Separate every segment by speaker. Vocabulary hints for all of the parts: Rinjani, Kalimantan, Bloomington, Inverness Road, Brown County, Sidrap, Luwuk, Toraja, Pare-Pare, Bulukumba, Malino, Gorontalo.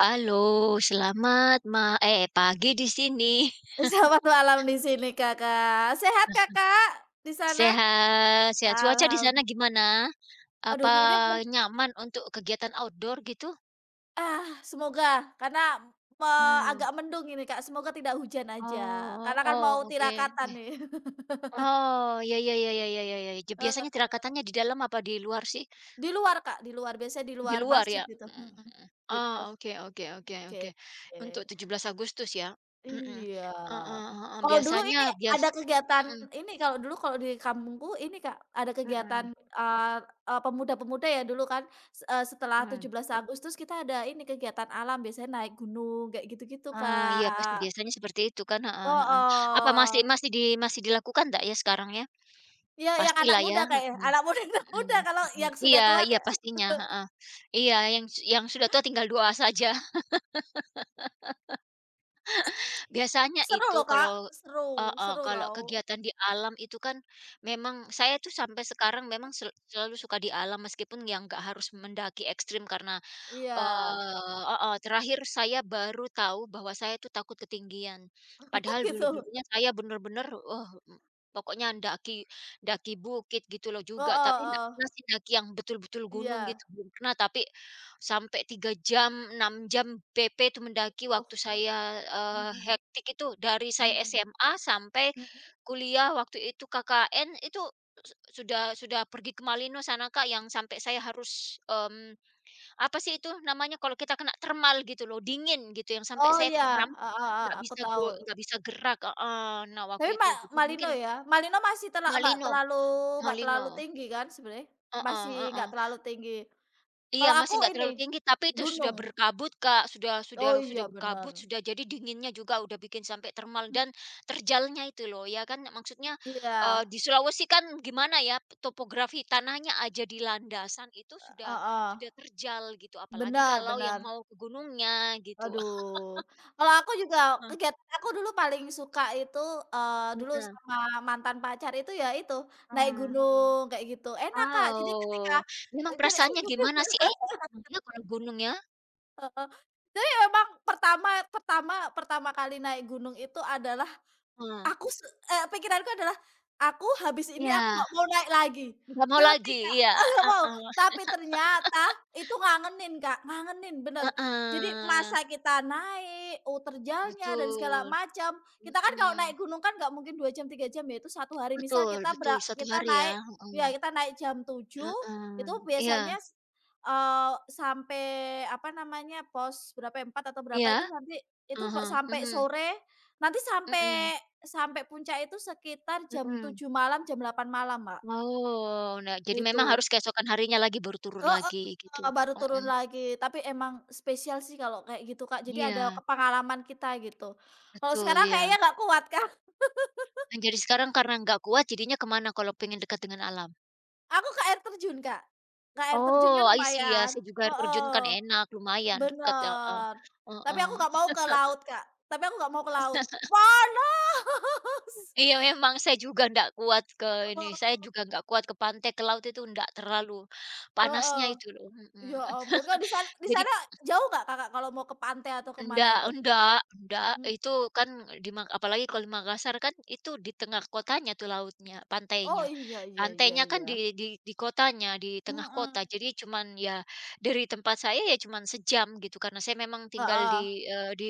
Speaker 1: Halo, selamat pagi di sini.
Speaker 2: Selamat malam di sini Kakak. Sehat Kakak di sana?
Speaker 1: Sehat sehat. Cuaca di sana
Speaker 2: Alhamdulillah.
Speaker 1: gimana?
Speaker 2: Aduh,
Speaker 1: Apa nyaman untuk kegiatan outdoor gitu?
Speaker 2: semoga karena me
Speaker 1: Wah,
Speaker 2: agak mendung ini Kak, semoga tidak hujan aja,
Speaker 1: oh
Speaker 2: karena kan
Speaker 1: oh,
Speaker 2: mau
Speaker 1: oke
Speaker 2: tirakatan
Speaker 1: oke.
Speaker 2: nih.
Speaker 1: Oh, ya ya ya ya ya ya ya. Biasanya
Speaker 2: Heeh,
Speaker 1: tirakatannya di dalam apa di luar sih?
Speaker 2: di luar Kak, di luar, biasanya di
Speaker 1: Di
Speaker 2: luar
Speaker 1: luar
Speaker 2: masjid
Speaker 1: ya?
Speaker 2: gitu,
Speaker 1: Mhm mhm. Oh,
Speaker 2: gitu,
Speaker 1: oke oke oke
Speaker 2: oke.
Speaker 1: oke. Untuk 17 Agustus ya? Mhm.
Speaker 2: Iya.
Speaker 1: Heeh heeh.
Speaker 2: Kalau dulu
Speaker 1: Biasanya
Speaker 2: ini ada kegiatan
Speaker 1: mhm
Speaker 2: Kalau dulu kalau di kampungku ini Kak, ada
Speaker 1: mhm
Speaker 2: kegiatan, eee eee, pemuda-pemuda ya dulu kan, setelah
Speaker 1: mhm.
Speaker 2: 17 Agustus kita ada ini kegiatan alam biasanya naik gunung kayak gitu-gitu
Speaker 1: Ah, iya pasti
Speaker 2: Kak.
Speaker 1: biasanya seperti itu kan, heeh heeh. Apa
Speaker 2: Heeh.
Speaker 1: masih masih di masih dilakukan nggak ya sekarang ya?
Speaker 2: Iya yang anak
Speaker 1: Pastilah ya,
Speaker 2: muda kayaknya,
Speaker 1: mhm
Speaker 2: anak muda anak
Speaker 1: mhm
Speaker 2: muda kalau
Speaker 1: mhm.
Speaker 2: yang sudah
Speaker 1: Iya
Speaker 2: tua
Speaker 1: iya
Speaker 2: kayak
Speaker 1: pastinya, heeh. Iya, yang sudah tua tinggal doa saja. Biasanya
Speaker 2: seru
Speaker 1: itu
Speaker 2: loh Kak,
Speaker 1: kalau
Speaker 2: seru
Speaker 1: heeh,
Speaker 2: seru
Speaker 1: kalau
Speaker 2: tau.
Speaker 1: kegiatan di alam itu kan, memang saya tuh sampai sekarang memang selalu suka di alam meskipun yang nggak harus mendaki ekstrim karena
Speaker 2: Iya.
Speaker 1: Heeh, terakhir saya baru tahu bahwa saya itu takut ketinggian.
Speaker 2: Oh,
Speaker 1: Padahal
Speaker 2: gitu?
Speaker 1: dulu-dulunya saya bener-bener, oh, pokoknya ndaki ndaki bukit gitu loh
Speaker 2: Heeh
Speaker 1: juga, tapi nggak
Speaker 2: heeh.
Speaker 1: pernah sih ndaki yang betul-betul gunung
Speaker 2: Iya.
Speaker 1: gitu, belum pernah. Tapi sampai 3 jam, 6 jam BP itu mendaki
Speaker 2: Oh,
Speaker 1: waktu saya,
Speaker 2: mhm
Speaker 1: hektik itu dari saya
Speaker 2: mhm.
Speaker 1: SMA sampai
Speaker 2: Mhm.
Speaker 1: kuliah waktu itu KKN itu su sudah pergi ke Malino sana, Kak, yang sampai saya harus, apa sih itu namanya kalau kita kena termal gitu loh, dingin gitu yang sampai
Speaker 2: Oh,
Speaker 1: saya
Speaker 2: iya,
Speaker 1: kram,
Speaker 2: heeh heeh,
Speaker 1: nggak
Speaker 2: aku
Speaker 1: bisa
Speaker 2: tahu.
Speaker 1: nggak bisa gerak, heeh. Nah, waktu
Speaker 2: Tapi
Speaker 1: itu jadi mungkin
Speaker 2: Malino ya? Malino masih nggak
Speaker 1: Malino
Speaker 2: terlalu nggak
Speaker 1: Malino,
Speaker 2: terlalu tinggi kan sebenarnya?
Speaker 1: heeh
Speaker 2: Masih nggak
Speaker 1: heeh.
Speaker 2: terlalu tinggi.
Speaker 1: Iya,
Speaker 2: Kalau
Speaker 1: masih
Speaker 2: aku
Speaker 1: nggak terlalu
Speaker 2: ini,
Speaker 1: tinggi tapi itu sudah
Speaker 2: gunung.
Speaker 1: berkabut, Kak, sudah
Speaker 2: Oh
Speaker 1: sudah sudah
Speaker 2: iya, bener.
Speaker 1: berkabut, sudah jadi dinginnya juga udah bikin sampai termal
Speaker 2: Mhm,
Speaker 1: dan terjalnya itu loh ya kan maksudnya,
Speaker 2: iya,
Speaker 1: di Sulawesi kan gimana ya topografi tanahnya aja di landasan itu sudah
Speaker 2: heeh.
Speaker 1: sudah terjal gitu apalagi
Speaker 2: Bener
Speaker 1: kalau yang
Speaker 2: bener.
Speaker 1: mau ke gunungnya gitu.
Speaker 2: Aduh. Kalau aku juga kegiatan aku dulu paling suka itu, dulu
Speaker 1: Iya,
Speaker 2: sama mantan pacar itu ya itu, naik
Speaker 1: ah,
Speaker 2: gunung kayak gitu. Enak Kak, jadi
Speaker 1: wow, memang
Speaker 2: jadi
Speaker 1: perasaannya gimana sih? Eh, iya kalau gunung ya,
Speaker 2: Heeh. Jadi memang pertama pertama pertama kali naik gunung itu adalah
Speaker 1: heeh,
Speaker 2: Aku se pikiranku adalah, aku habis ini aku
Speaker 1: iya,
Speaker 2: nggak mau naik lagi.
Speaker 1: nggak mau
Speaker 2: Tapi
Speaker 1: lagi,
Speaker 2: Kak,
Speaker 1: iya,
Speaker 2: nggak mau,
Speaker 1: heeh,
Speaker 2: tapi ternyata itu ngangenin Kak, ngangenin bener. Jadi
Speaker 1: heeh,
Speaker 2: masa kita naik, oh terjalnya dan segala
Speaker 1: betul,
Speaker 2: macam, kita kan kalau naik
Speaker 1: mhm,
Speaker 2: gunung kan nggak mungkin 2 jam, 3 jam ya, itu satu hari. Misal
Speaker 1: betul
Speaker 2: kita
Speaker 1: betul satu
Speaker 2: kita
Speaker 1: hari ya,
Speaker 2: naik ya
Speaker 1: heeh,
Speaker 2: kita naik jam 7
Speaker 1: heeh,
Speaker 2: itu
Speaker 1: iya
Speaker 2: biasanya sampai apa namanya, pos berapa ya, 4 atau berapa
Speaker 1: iya,
Speaker 2: itu nanti itu
Speaker 1: ah hah,
Speaker 2: sampai
Speaker 1: mhm,
Speaker 2: sore, nanti
Speaker 1: mhm,
Speaker 2: sampai sampai puncak itu sekitar jam
Speaker 1: mhm,
Speaker 2: 7 malam, jam 8 malam, Mbak,
Speaker 1: oh, nah jadi memang
Speaker 2: itu.
Speaker 1: harus keesokan harinya lagi baru turun lagi gitu,
Speaker 2: Heeh, baru turun
Speaker 1: mhm,
Speaker 2: lagi, tapi emang spesial sih kalau kayak gitu, Kak, jadi ada
Speaker 1: iya,
Speaker 2: ke pengalaman kita gitu. Kalau
Speaker 1: betul,
Speaker 2: sekarang
Speaker 1: iya,
Speaker 2: kayaknya nggak kuat, Kak.
Speaker 1: nah jadi sekarang karena nggak kuat jadinya kemana kalau pengen dekat dengan alam?
Speaker 2: Aku ke air terjun, Kak. Ke air terjun
Speaker 1: Oh,
Speaker 2: kan
Speaker 1: I see, iya,
Speaker 2: lumayan
Speaker 1: saya juga air terjun kan
Speaker 2: heeh,
Speaker 1: enak, lumayan dekat, ya, heeh,
Speaker 2: bener. Tapi
Speaker 1: heeh.
Speaker 2: aku nggak mau ke laut, Kak, tapi aku nggak mau ke laut. Panas!
Speaker 1: Iya, memang saya juga nggak kuat ke ini, saya juga nggak kuat ke pantai, ke laut itu nggak terlalu,
Speaker 2: Heeh
Speaker 1: panasnya
Speaker 2: heeh.
Speaker 1: itu loh, mhm.
Speaker 2: Ya ampun, Kak, di sana, di
Speaker 1: Jadi,
Speaker 2: sana jauh nggak Kakak kalau mau ke pantai atau ke mana
Speaker 1: Enggak
Speaker 2: itu?
Speaker 1: enggak enggak,
Speaker 2: Mhm.
Speaker 1: itu kan di Mak apalagi kalau di Makassar kan itu di tengah kotanya tuh lautnya
Speaker 2: Oh,
Speaker 1: pantainya.
Speaker 2: iya iya iya
Speaker 1: Pantainya kan
Speaker 2: iya.
Speaker 1: di kotanya, di tengah
Speaker 2: Mhm.
Speaker 1: kota, jadi cuman ya dari tempat saya ya cuman sejam gitu, karena saya memang tinggal
Speaker 2: Heeh,
Speaker 1: di, eee,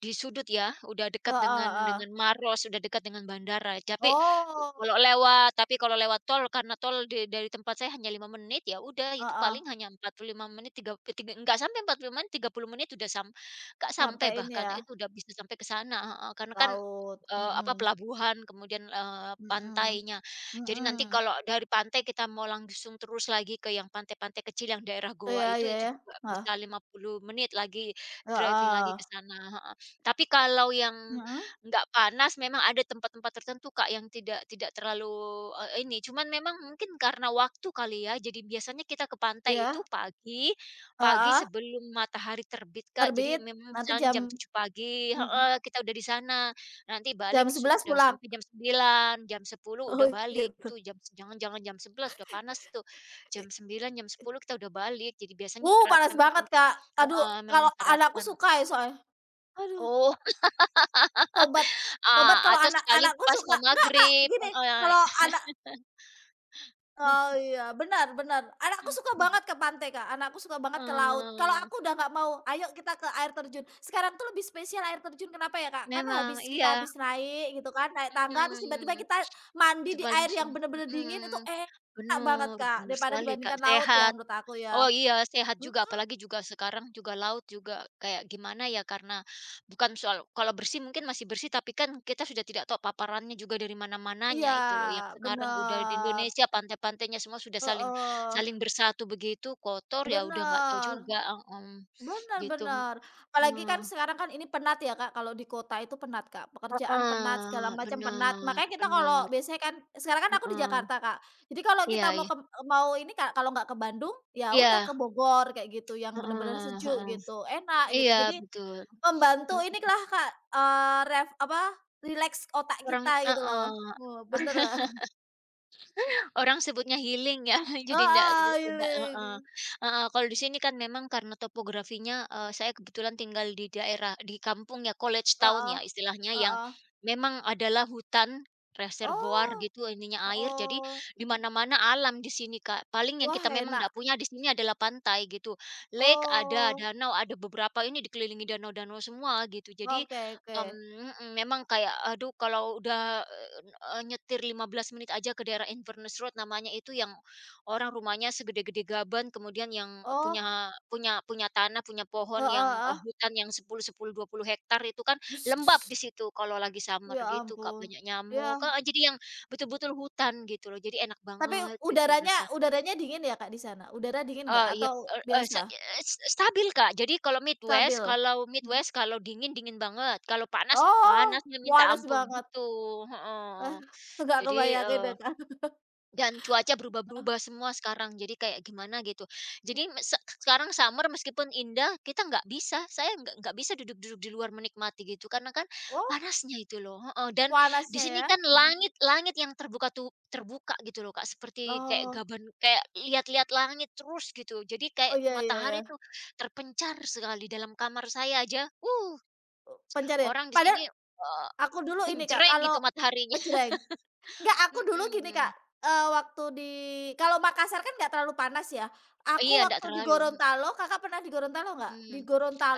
Speaker 1: di sudut ya, udah dekat
Speaker 2: heeh
Speaker 1: dengan
Speaker 2: heeh.
Speaker 1: dengan Maros, udah dekat dengan bandara. Tapi
Speaker 2: Oh,
Speaker 1: kalau lewat tol, karena tol dari tempat saya hanya 5 menit, ya udah itu
Speaker 2: heeh,
Speaker 1: paling hanya 45 menit, tiga tiga enggak sampai 45 menit, 30 menit udah sampai, nggak sampai
Speaker 2: sampai ini
Speaker 1: bahkan,
Speaker 2: ya,
Speaker 1: itu udah bisa sampai ke sana, heeh, karena kan,
Speaker 2: laut,
Speaker 1: apa,
Speaker 2: mhm,
Speaker 1: pelabuhan kemudian,
Speaker 2: mhm,
Speaker 1: pantainya. Jadi nanti
Speaker 2: mhm.
Speaker 1: kalau dari pantai kita mau langsung terus lagi ke yang pantai-pantai kecil yang daerah goa
Speaker 2: Iya iya
Speaker 1: itu
Speaker 2: ya,
Speaker 1: juga
Speaker 2: heeh,
Speaker 1: bisa 50 menit lagi driving lagi
Speaker 2: heeh.
Speaker 1: ke sana, heeh. Tapi kalau yang
Speaker 2: Mhm.
Speaker 1: nggak panas memang ada tempat-tempat tertentu, Kak, yang tidak tidak terlalu, ini, cuman memang mungkin karena waktu kali ya, jadi biasanya kita ke pantai itu
Speaker 2: Iya,
Speaker 1: pagi. Pagi
Speaker 2: heeh,
Speaker 1: sebelum matahari terbit, Kak. Jadi
Speaker 2: terbit,
Speaker 1: memang
Speaker 2: nanti
Speaker 1: misalnya
Speaker 2: jam
Speaker 1: jam 7 pagi
Speaker 2: mhm,
Speaker 1: heeh, kita udah di sana. Nanti
Speaker 2: jam
Speaker 1: balik
Speaker 2: sebelas
Speaker 1: sudah
Speaker 2: pulang.
Speaker 1: sampai jam sembilan jam sepuluh
Speaker 2: Oh,
Speaker 1: udah balik,
Speaker 2: gitu.
Speaker 1: itu jangan jangan jam 11 udah panas itu. Jam 9 jam 10 kita udah balik. Jadi biasanya
Speaker 2: Panas
Speaker 1: sarapan memang
Speaker 2: banget,
Speaker 1: untuk
Speaker 2: Kak. Aduh,
Speaker 1: heeh, memang
Speaker 2: kalau anakku
Speaker 1: sarapan.
Speaker 2: suka ya soalnya. Aduh,
Speaker 1: Oh,
Speaker 2: tobat
Speaker 1: a
Speaker 2: tobat kalau
Speaker 1: atau
Speaker 2: anak
Speaker 1: sekali
Speaker 2: anakku
Speaker 1: pas
Speaker 2: suka.
Speaker 1: mau
Speaker 2: Enggak, Kak,
Speaker 1: maghrib,
Speaker 2: gini,
Speaker 1: heeh
Speaker 2: kalau anak. Oh iya, benar benar. Anakku suka banget ke pantai, Kak, anakku suka banget ke laut. Kalau
Speaker 1: heeh.
Speaker 2: aku udah nggak mau, "Ayo kita ke air terjun." Sekarang tuh lebih spesial air terjun, kenapa ya, Kak? Karena
Speaker 1: Memang,
Speaker 2: habis kita
Speaker 1: iya,
Speaker 2: habis naik gitu kan, naik tangga terus tiba-tiba
Speaker 1: mhm.
Speaker 2: kita
Speaker 1: Itu
Speaker 2: mandi di air
Speaker 1: langsung
Speaker 2: yang bener-bener dingin itu
Speaker 1: mhm,
Speaker 2: enak banget,
Speaker 1: bener
Speaker 2: Kak,
Speaker 1: bener
Speaker 2: daripada
Speaker 1: sekali, Kak,
Speaker 2: dibandingkan laut ya
Speaker 1: sehat.
Speaker 2: menurut aku ya.
Speaker 1: Oh iya, sehat juga,
Speaker 2: Mhm,
Speaker 1: apalagi juga sekarang juga laut juga kayak gimana ya, karena bukan soal kalau bersih mungkin masih bersih, tapi kan kita sudah tidak tahu paparannya juga dari mana-mananya
Speaker 2: iya,
Speaker 1: itu loh, yang sekarang udah di
Speaker 2: bener.
Speaker 1: Indonesia pantai-pantainya semua sudah saling
Speaker 2: Heeh,
Speaker 1: saling bersatu begitu, kotor ya udah nggak tahu
Speaker 2: bener.
Speaker 1: juga, mhm, gitu,
Speaker 2: Benar-benar apalagi kan
Speaker 1: mhm,
Speaker 2: sekarang kan ini penat ya Kak, kalau di kota itu penat Kak, pekerjaan penat, segala
Speaker 1: heeh,
Speaker 2: macam penat.
Speaker 1: bener
Speaker 2: Makanya kita
Speaker 1: bener,
Speaker 2: kalau biasanya kan sekarang kan aku di
Speaker 1: heeh,
Speaker 2: Jakarta Kak, jadi kalau
Speaker 1: iya
Speaker 2: kita mau
Speaker 1: iya
Speaker 2: ke mau ini Kak, kalau nggak ke Bandung, ya udah ke
Speaker 1: iya,
Speaker 2: Bogor kayak gitu, yang benar-benar
Speaker 1: heeh
Speaker 2: sejuk
Speaker 1: heeh,
Speaker 2: gitu, enak gitu.
Speaker 1: iya
Speaker 2: Jadi
Speaker 1: betul,
Speaker 2: membantu
Speaker 1: mhm,
Speaker 2: inilah Kak, rileks otak
Speaker 1: orang
Speaker 2: kita gitu
Speaker 1: heeh.
Speaker 2: loh. Wah, bener Kak.
Speaker 1: Orang sebutnya healing ya, jadi ndak
Speaker 2: Heeh,
Speaker 1: ndak heeh.
Speaker 2: healing.
Speaker 1: Heeh, kalau di sini kan memang karena topografinya, saya kebetulan tinggal di daerah di kampung ya, college town
Speaker 2: Heeh.
Speaker 1: ya istilahnya, yang
Speaker 2: Heeh.
Speaker 1: memang adalah hutan, reservoir
Speaker 2: Oh,
Speaker 1: gitu ininya air, jadi
Speaker 2: oh.
Speaker 1: di mana-mana alam di sini, Kak. Paling yang
Speaker 2: Wah,
Speaker 1: kita memang
Speaker 2: enak.
Speaker 1: ndak punya di sini adalah pantai gitu. Lake ada,
Speaker 2: Oh.
Speaker 1: danau ada, beberapa ini dikelilingi danau-danau semua gitu. Jadi,
Speaker 2: Oke oke.
Speaker 1: mhm, memang kayak aduh kalau udah nyetir 15 menit aja ke daerah Inverness Road namanya itu yang orang rumahnya segede-gede gaban, kemudian yang, punya
Speaker 2: Oh,
Speaker 1: punya punya tanah, punya pohon
Speaker 2: heeh
Speaker 1: yang,
Speaker 2: heeh.
Speaker 1: hutan yang sepuluh sepuluh 20 hektar itu kan
Speaker 2: Bus
Speaker 1: lembab di situ kalau lagi summer
Speaker 2: ya
Speaker 1: gitu, Kak,
Speaker 2: ampun.
Speaker 1: banyak
Speaker 2: Iya,
Speaker 1: nyamuk, kak jadi yang betul-betul hutan gitu loh, jadi enak
Speaker 2: tapi
Speaker 1: banget gitu
Speaker 2: udaranya
Speaker 1: rasa
Speaker 2: udaranya dingin ya, Kak, di sana? Udara dingin nggak
Speaker 1: iya,
Speaker 2: atau
Speaker 1: eee eee,
Speaker 2: biasa?
Speaker 1: se eee, s stabil, Kak, jadi kalau Midwest
Speaker 2: Stabil? Mhm.
Speaker 1: Kalau dingin, dingin banget, kalau panas,
Speaker 2: Oh,
Speaker 1: panasnya minta
Speaker 2: panas
Speaker 1: ampun
Speaker 2: banget.
Speaker 1: gitu, heeh.
Speaker 2: Eh, nggak
Speaker 1: Jadi,
Speaker 2: kebayangin deh, Kak.
Speaker 1: dan cuaca berubah-berubah semua sekarang, jadi kayak gimana gitu. Jadi me se sekarang summer meskipun indah, kita nggak bisa, saya nggak bisa duduk-duduk di luar menikmati gitu, karena kan
Speaker 2: Oh,
Speaker 1: panasnya itu loh, heeh, dan di
Speaker 2: panasnya
Speaker 1: sini
Speaker 2: ya?
Speaker 1: kan
Speaker 2: Mhm.
Speaker 1: langit langit yang terbuka tuh terbuka gitu loh, Kak, seperti kayak
Speaker 2: Oh,
Speaker 1: gaban kayak lihat-lihat langit terus gitu. Jadi
Speaker 2: oh,
Speaker 1: kayak
Speaker 2: iya iya iya,
Speaker 1: matahari tuh terpencar sekali dalam kamar saya aja,
Speaker 2: pencar ya?
Speaker 1: orang di
Speaker 2: Padahal
Speaker 1: sini,
Speaker 2: aku dulu ini, Kak,
Speaker 1: genjreng
Speaker 2: kalau
Speaker 1: gitu mataharinya.
Speaker 2: ngejreng. Enggak, aku dulu gini Kak,
Speaker 1: Mhm,
Speaker 2: eee, waktu di kalau Makassar kan nggak terlalu panas ya, aku
Speaker 1: iya ndak
Speaker 2: waktu di
Speaker 1: terlalu,
Speaker 2: Gorontalo, Kakak pernah di Gorontalo nggak?
Speaker 1: mhm.
Speaker 2: Di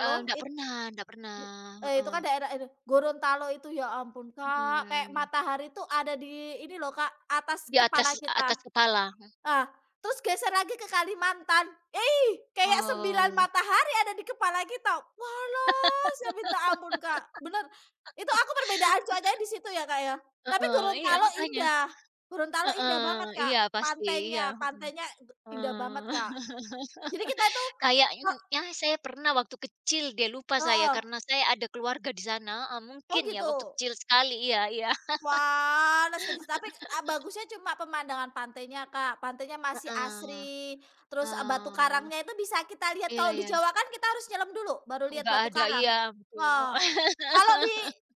Speaker 1: Nggak pernah,
Speaker 2: di itu
Speaker 1: heeh,
Speaker 2: kan daerah aduh, Gorontalo itu ya ampun Kak, kayak
Speaker 1: mhm,
Speaker 2: matahari tuh ada di ini loh Kak, atas
Speaker 1: di atas
Speaker 2: kepala kita.
Speaker 1: atas kepala,
Speaker 2: Ah, terus geser lagi ke Kalimantan, ih, kayak 9
Speaker 1: oh,
Speaker 2: matahari ada di kepala kita. Walah, ya minta ampun, Kak, bener. Itu aku perbedaan cuacanya di situ ya, Kak, ya. Tapi
Speaker 1: heeh, iya makanya,
Speaker 2: Gorontalo
Speaker 1: heeh,
Speaker 2: indah banget, Kak,
Speaker 1: iya pasti, iya,
Speaker 2: pantainya
Speaker 1: mhm,
Speaker 2: pantainya indah banget, Kak.
Speaker 1: eee,
Speaker 2: Jadi kita itu
Speaker 1: kayaknya
Speaker 2: he
Speaker 1: ya saya pernah waktu kecil deh, lupa saya
Speaker 2: heeh.
Speaker 1: karena saya ada keluarga di sana, heeh,
Speaker 2: Oh,
Speaker 1: mungkin ya waktu
Speaker 2: gitu?
Speaker 1: kecil sekali, iya iya,
Speaker 2: Wah, nasi dis tapi, bagusnya cuma pemandangan pantainya, Kak. Pantainya masih
Speaker 1: heeh,
Speaker 2: asri, terus, batu
Speaker 1: eee,
Speaker 2: karangnya itu bisa kita lihat.
Speaker 1: iya
Speaker 2: Kalau di
Speaker 1: iya,
Speaker 2: Jawa kan kita harus nyelam dulu, baru lihat
Speaker 1: nggak
Speaker 2: batu
Speaker 1: ada,
Speaker 2: karang.
Speaker 1: iya betul,
Speaker 2: Heeh. Kalau di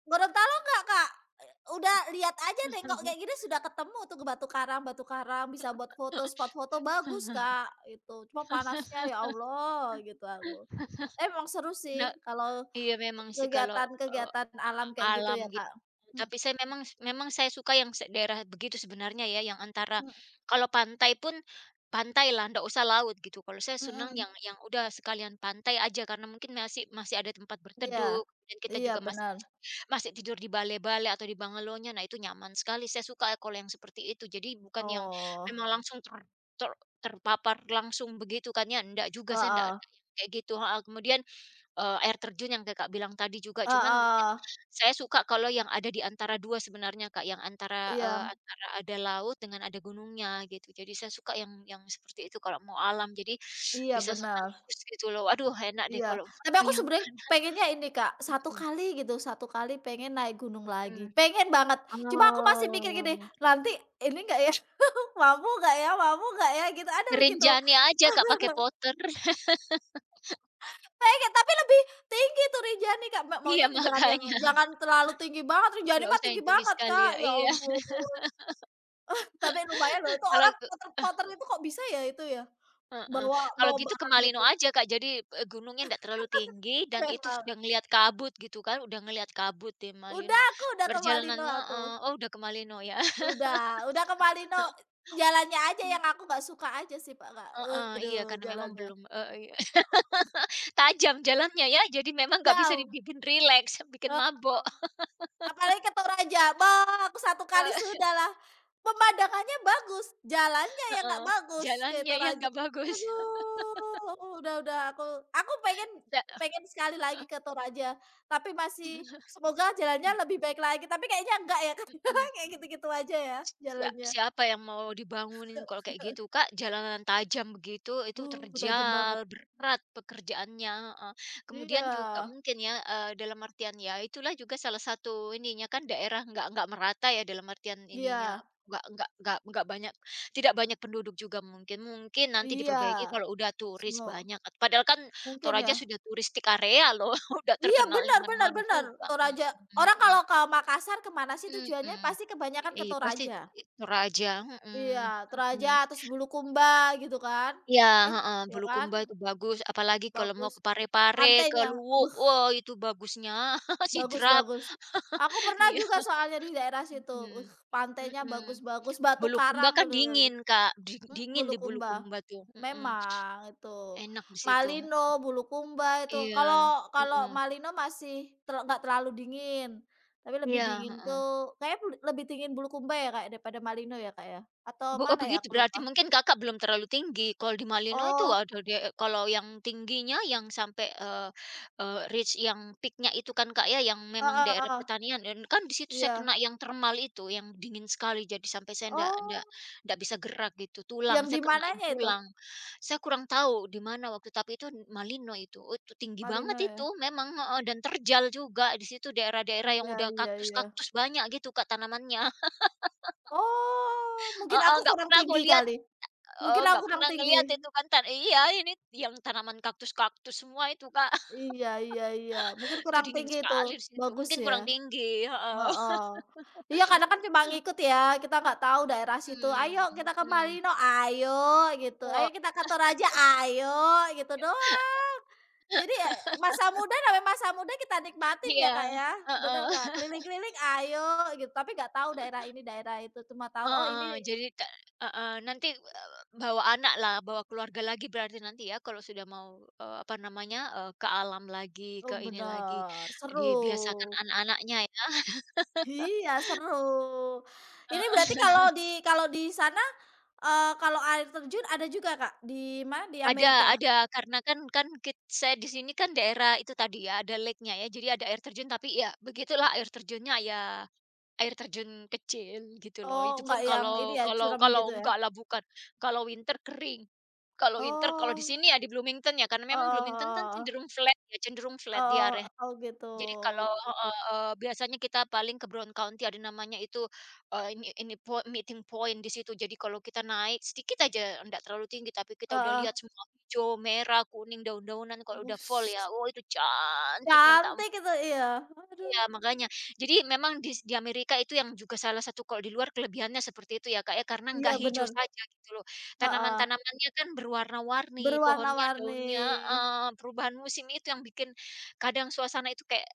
Speaker 2: Gorontalo enggak, Kak? Udah lihat aja nengok kayak gini sudah ketemu tuh batu karang, bisa buat foto, spot foto bagus, Kak, itu. Cuma panasnya ya Allah gitu aku. Tapi emang seru
Speaker 1: Nah,
Speaker 2: sih kalau
Speaker 1: iya
Speaker 2: ke
Speaker 1: memang sih kalau, eee
Speaker 2: kegiatan-kegiatan alam kayak gitu
Speaker 1: alam
Speaker 2: ya,
Speaker 1: gitu.
Speaker 2: Kak. Mhm
Speaker 1: Tapi saya memang memang saya suka yang daerah begitu sebenarnya ya, yang antara kalau pantai pun, pantai lah, ndak usah laut gitu. Kalau saya
Speaker 2: mhm
Speaker 1: senang
Speaker 2: mhm.
Speaker 1: yang udah sekalian pantai aja karena mungkin masih masih ada tempat
Speaker 2: Iya,
Speaker 1: berteduh, dan kita
Speaker 2: iya
Speaker 1: juga masih
Speaker 2: benar.
Speaker 1: masih tidur di bale-bale atau di bangalonya. Nah itu nyaman sekali, saya suka kalau yang seperti itu. Jadi bukan yang
Speaker 2: Oh,
Speaker 1: memang langsung ter ter terpapar langsung begitu kan ya, ndak juga, saya ndak
Speaker 2: heeh,
Speaker 1: kayak gitu, heeh. Kemudian air terjun yang Kakak bilang tadi juga, cuman mungkin
Speaker 2: heeh,
Speaker 1: saya suka kalau yang ada di antara 2 sebenarnya Kak, yang antara,
Speaker 2: iya
Speaker 1: antara ada laut dengan ada gunungnya gitu. Jadi saya suka yang seperti itu kalau mau alam, jadi
Speaker 2: iya
Speaker 1: bisa
Speaker 2: benar
Speaker 1: sekaligus gitu loh. Aduh enak deh
Speaker 2: iya.
Speaker 1: kalau
Speaker 2: Tapi aku sebenernya
Speaker 1: bayangkan.
Speaker 2: pengennya ini Kak, satu kali gitu, satu kali pengen naik gunung lagi,
Speaker 1: Mhm.
Speaker 2: pengen banget. Cuma aku masih mikir gini,
Speaker 1: Oh,
Speaker 2: nanti ini nggak ya, mampu nggak ya gitu, ada begitu.
Speaker 1: ngerinjani aja Kak pakai puter.
Speaker 2: Pengen, tapi lebih tinggi tuh Rinjani Kak,
Speaker 1: Iya
Speaker 2: maunya jangan yang
Speaker 1: makanya,
Speaker 2: jangan terlalu tinggi banget, Rinjani
Speaker 1: nggak
Speaker 2: mah
Speaker 1: usah
Speaker 2: tinggi
Speaker 1: yang tinggi
Speaker 2: banget
Speaker 1: sekali
Speaker 2: Kak,
Speaker 1: ya,
Speaker 2: ya
Speaker 1: iya.
Speaker 2: ampun. Tapi lumayan loh, tuh
Speaker 1: Kalau
Speaker 2: orang puter-puter itu kok bisa ya itu ya?
Speaker 1: heeh.
Speaker 2: Bawa
Speaker 1: Kalau
Speaker 2: bawa
Speaker 1: gitu ke
Speaker 2: barang
Speaker 1: Malino
Speaker 2: gitu,
Speaker 1: aja, Kak, jadi, gunungnya ndak terlalu tinggi dan itu
Speaker 2: memang.
Speaker 1: sudah ngelihat kabut gitu kan, udah ngelihat kabut di
Speaker 2: Udah
Speaker 1: Malino.
Speaker 2: aku udah ke Malino
Speaker 1: Perjalanannya
Speaker 2: aku,
Speaker 1: heeh, oh udah ke Malino ya?
Speaker 2: udah ke Malino, jalannya aja yang aku nggak suka aja sih, Pak, nggak
Speaker 1: Heeh, iya
Speaker 2: aduh
Speaker 1: karena memang
Speaker 2: jalannya,
Speaker 1: belum heeh, iya. Tajam jalannya ya, jadi memang nggak bisa
Speaker 2: jauh.
Speaker 1: dibikin rileks, bikin mabok.
Speaker 2: Apalagi ke Toraja, bah, aku satu kali
Speaker 1: Heeh
Speaker 2: sudah lah. Pemandangannya bagus, jalannya yang nggak
Speaker 1: heeh,
Speaker 2: bagus ke
Speaker 1: jalannya yang
Speaker 2: Toraja.
Speaker 1: nggak bagus.
Speaker 2: Aduh, udah aku pengen
Speaker 1: Da
Speaker 2: pengen sekali lagi
Speaker 1: heeh,
Speaker 2: ke Toraja, tapi masih semoga jalannya lebih baik lagi, tapi kayaknya enggak ya, Kak,
Speaker 1: mhm.
Speaker 2: kayak gitu-gitu aja ya jalannya.
Speaker 1: Siapa yang mau dibangunin kalau kayak gitu, Kak, jalanan tajam begitu, itu
Speaker 2: Tajam
Speaker 1: terjal,
Speaker 2: banget.
Speaker 1: berat pekerjaannya, heeh. Kemudian
Speaker 2: Iya
Speaker 1: juga mungkin ya, dalam artian ya itulah juga salah satu ininya kan daerah nggak merata ya dalam artian ininya,
Speaker 2: iya
Speaker 1: nggak banyak, tidak banyak penduduk juga mungkin. Mungkin nanti
Speaker 2: iya,
Speaker 1: diperbaiki kalau udah turis
Speaker 2: semua
Speaker 1: banyak, padahal kan
Speaker 2: mungkin
Speaker 1: Toraja
Speaker 2: ya.
Speaker 1: sudah turistik area loh, udah
Speaker 2: Iya
Speaker 1: terkenal di mana-mana
Speaker 2: benar-benar-benar
Speaker 1: juga, mhm
Speaker 2: Toraja. Orang
Speaker 1: mhm.
Speaker 2: kalau ke Makassar kemana sih tujuannya
Speaker 1: Mhm.
Speaker 2: pasti kebanyakan ke
Speaker 1: Iya pasti
Speaker 2: Toraja.
Speaker 1: Toraja,
Speaker 2: Iya,
Speaker 1: mhm
Speaker 2: Toraja
Speaker 1: mhm.
Speaker 2: terus Bulukumba gitu kan.
Speaker 1: Iya,
Speaker 2: Eh,
Speaker 1: heeh,
Speaker 2: ya kan?
Speaker 1: Bulukumba itu bagus, apalagi kalau mau
Speaker 2: Bagus,
Speaker 1: ke Pare-Pare, ke
Speaker 2: pantainya,
Speaker 1: Luwuk,
Speaker 2: beh,
Speaker 1: wah itu bagusnya
Speaker 2: bagus
Speaker 1: sidrap.
Speaker 2: bagus. Aku pernah
Speaker 1: Iya,
Speaker 2: juga soalnya di daerah situ,
Speaker 1: mhm
Speaker 2: pantainya
Speaker 1: mhm.
Speaker 2: bagus-bagus, Batu
Speaker 1: Bulukumba
Speaker 2: Karang,
Speaker 1: kan
Speaker 2: aduh
Speaker 1: dingin, Kak,
Speaker 2: mhm,
Speaker 1: dingin di
Speaker 2: Bulukumba.
Speaker 1: Bulukumba tuh, mhm,
Speaker 2: Memang itu,
Speaker 1: enak di situ.
Speaker 2: Malino, Bulukumba itu. Kalau
Speaker 1: Iya,
Speaker 2: kalau
Speaker 1: mhm,
Speaker 2: Malino masih nggak terlalu dingin, tapi lebih
Speaker 1: iya,
Speaker 2: dingin
Speaker 1: heeh.
Speaker 2: tuh kayak lebih dingin Bulukumba ya, kayak daripada Malino ya, Kak, ya? Atau
Speaker 1: Oh,
Speaker 2: mana ya aku
Speaker 1: begitu, berarti
Speaker 2: lupa.
Speaker 1: mungkin Kakak belum terlalu tinggi. Kalau di Malino itu
Speaker 2: Oh,
Speaker 1: ada kalau yang tingginya yang sampai, eee eee, reach yang peak itu kan, Kak, ya, yang
Speaker 2: ah
Speaker 1: memang
Speaker 2: ah
Speaker 1: daerah
Speaker 2: ah,
Speaker 1: pertanian dan kan di situ saya
Speaker 2: iya.
Speaker 1: kena yang termal itu, yang dingin sekali jadi sampai saya ndak
Speaker 2: Oh,
Speaker 1: ndak ndak bisa gerak gitu,
Speaker 2: yang
Speaker 1: tulang,
Speaker 2: di
Speaker 1: saya kenain
Speaker 2: mananya itu
Speaker 1: tulang. Saya kurang tahu di mana waktu, tapi itu Malino itu, oh, itu tinggi banget
Speaker 2: Malino
Speaker 1: itu
Speaker 2: ya?
Speaker 1: memang, heeh, dan terjal juga di situ daerah-daerah yang
Speaker 2: Iya
Speaker 1: udah
Speaker 2: iya iya.
Speaker 1: kaktus-kaktus banyak gitu, Kak, tanamannya.
Speaker 2: Oh, mungkin
Speaker 1: Heeh,
Speaker 2: aku
Speaker 1: nggak
Speaker 2: kurang
Speaker 1: pernah aku
Speaker 2: tinggi
Speaker 1: lihat.
Speaker 2: kali,
Speaker 1: Oh,
Speaker 2: mungkin aku
Speaker 1: nggak
Speaker 2: kurang
Speaker 1: pernah
Speaker 2: tinggi.
Speaker 1: ngelihat itu kan iya, ini yang tanaman kaktus-kaktus semua itu, Kak.
Speaker 2: Iya iya iya, mungkin
Speaker 1: Itu
Speaker 2: kurang
Speaker 1: dingin
Speaker 2: tinggi itu,
Speaker 1: sekali di situ,
Speaker 2: bagus
Speaker 1: mungkin
Speaker 2: ya?
Speaker 1: kurang tinggi, heeh.
Speaker 2: Heeh. Iya kadang kan cuma ngikut ya, kita nggak tahu daerah situ, "Ayo
Speaker 1: Mhm
Speaker 2: kita ke
Speaker 1: mhm.
Speaker 2: Marino, ayo," gitu, "Ayo
Speaker 1: Oh,
Speaker 2: kita ke Toraja, ayo," gitu doang. Jadi ya masa muda namanya masa muda kita nikmatin ya,
Speaker 1: iya,
Speaker 2: Kak, ya, bener
Speaker 1: heeh.
Speaker 2: nggak? Keliling-keliling, "Ayo," gitu, tapi nggak tahu daerah ini, daerah itu, cuma tahu, "Oh ini."
Speaker 1: Heeh, jadi heeh, nanti, bawa anak lah, bawa keluarga lagi berarti nanti ya kalau sudah mau, apa namanya, ke alam lagi,
Speaker 2: Oh,
Speaker 1: ke ini lagi,
Speaker 2: bener, seru.
Speaker 1: dibiasakan anak-anaknya
Speaker 2: Iya seru. Ini
Speaker 1: ya.
Speaker 2: berarti kalau di sana, kalau air terjun ada juga, Kak, di mana, di Amerika?
Speaker 1: Ada, karena kan kan kit saya di sini kan daerah itu tadi ya, ada lake-nya ya, jadi ada air terjun, tapi ya begitulah air terjunnya ya, air terjun kecil gitu loh.
Speaker 2: Oh,
Speaker 1: Itu
Speaker 2: nggak
Speaker 1: pun
Speaker 2: yang ini
Speaker 1: kalau
Speaker 2: ya,
Speaker 1: kalau
Speaker 2: curam
Speaker 1: kalau
Speaker 2: gitu ya?
Speaker 1: enggak lah bukan, kalau winter kering. Kalau winter kalau di
Speaker 2: Oh,
Speaker 1: sini ya di Bloomington ya, karena memang
Speaker 2: heeh
Speaker 1: Bloomington kan
Speaker 2: heeh heeh.
Speaker 1: cenderung flat ya, cenderung flat di
Speaker 2: Heeh,
Speaker 1: area.
Speaker 2: oh gitu.
Speaker 1: Jadi kalau heeh, biasanya kita paling ke Brown County ada namanya itu, Eee, ini po meeting point di situ. Jadi kalau kita naik sedikit aja, enggak terlalu tinggi, tapi kita udah
Speaker 2: Heeh.
Speaker 1: lihat semua hijau, merah, kuning, daun-daunan kalau udah
Speaker 2: Wus,
Speaker 1: fall ya, oh itu cantiknya minta ampun.
Speaker 2: cantik itu, iya. Aduh.
Speaker 1: Iya makanya. Jadi memang di Amerika itu yang juga salah satu kalau di luar kelebihannya seperti itu ya, Kak, ya, karena
Speaker 2: Iya
Speaker 1: nggak hijau
Speaker 2: bener,
Speaker 1: saja gitu loh.
Speaker 2: heeh.
Speaker 1: Tanaman-tanamannya kan berwarna-warni, pohonnya, daunnya
Speaker 2: Berwarna-warni.
Speaker 1: heeh, perubahan musim itu yang bikin kadang suasana itu kayak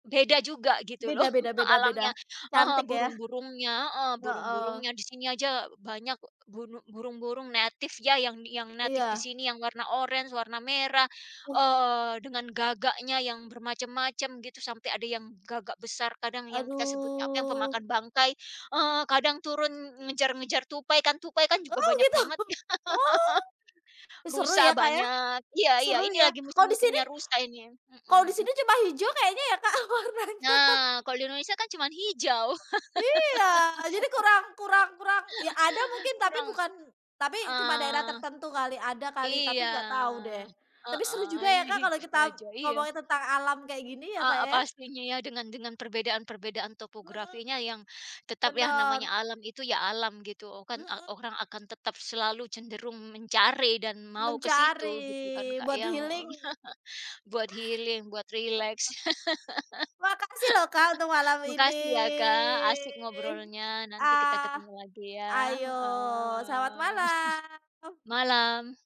Speaker 1: beda juga gitu
Speaker 2: Beda
Speaker 1: loh
Speaker 2: beda beda beda.
Speaker 1: alamnya, heeh,
Speaker 2: Cantik ya?
Speaker 1: burung-burungnya heeh,
Speaker 2: Heeh,
Speaker 1: burung-burungnya di sini aja banyak, burung-burung native ya yang native di
Speaker 2: iya.
Speaker 1: sini yang warna orange, warna merah,
Speaker 2: Uh,
Speaker 1: dengan gagaknya yang bermacam-macam gitu sampai ada yang gagak besar kadang yang kita sebutnya apa yang
Speaker 2: aduh.
Speaker 1: pemakan bangkai, kadang turun ngejar-ngejar tupai kan juga
Speaker 2: Oh,
Speaker 1: banyak
Speaker 2: gitu?
Speaker 1: banget ya,
Speaker 2: Oh, seru
Speaker 1: rusa
Speaker 2: ya, Kak, ya?
Speaker 1: banyak iya iya
Speaker 2: Seru
Speaker 1: ini
Speaker 2: ya?
Speaker 1: lagi
Speaker 2: Kalau di sini
Speaker 1: musim-musimnya rusa ini, mhm
Speaker 2: kalau di
Speaker 1: mhm.
Speaker 2: sini cuma hijau kayaknya ya, Kak, warnanya.
Speaker 1: Nah kalau di Indonesia kan cuman hijau.
Speaker 2: Iya, jadi kurang kurang kurang ya ada mungkin tapi
Speaker 1: Kurang
Speaker 2: bukan tapi cuma daerah
Speaker 1: eee,
Speaker 2: tertentu kali, ada kali, tapi
Speaker 1: iya,
Speaker 2: nggak tahu deh. Tapi seru
Speaker 1: heeh,
Speaker 2: juga ya,
Speaker 1: iya,
Speaker 2: Kak, kalau
Speaker 1: hijau
Speaker 2: kita
Speaker 1: saja, iya,
Speaker 2: ngomongin tentang alam kayak gini ya, Kak,
Speaker 1: heeh,
Speaker 2: ya?
Speaker 1: pastinya ya dengan perbedaan-perbedaan
Speaker 2: Mhm,
Speaker 1: topografinya yang tetap ya
Speaker 2: bener,
Speaker 1: namanya alam itu ya alam gitu, kan
Speaker 2: mhm,
Speaker 1: orang akan tetap selalu cenderung mencari dan mau ke
Speaker 2: mencari
Speaker 1: situ gitu kan, Kak,
Speaker 2: buat
Speaker 1: ya,
Speaker 2: healing.
Speaker 1: Buat healing, buat relax.
Speaker 2: Makasih loh, Kak, untuk malam ini.
Speaker 1: Makasih ya, Kak, asik ngobrolnya, nanti kita
Speaker 2: Ah,
Speaker 1: ketemu lagi ya,
Speaker 2: ayo, selamat
Speaker 1: heeh.
Speaker 2: malam.
Speaker 1: Malam.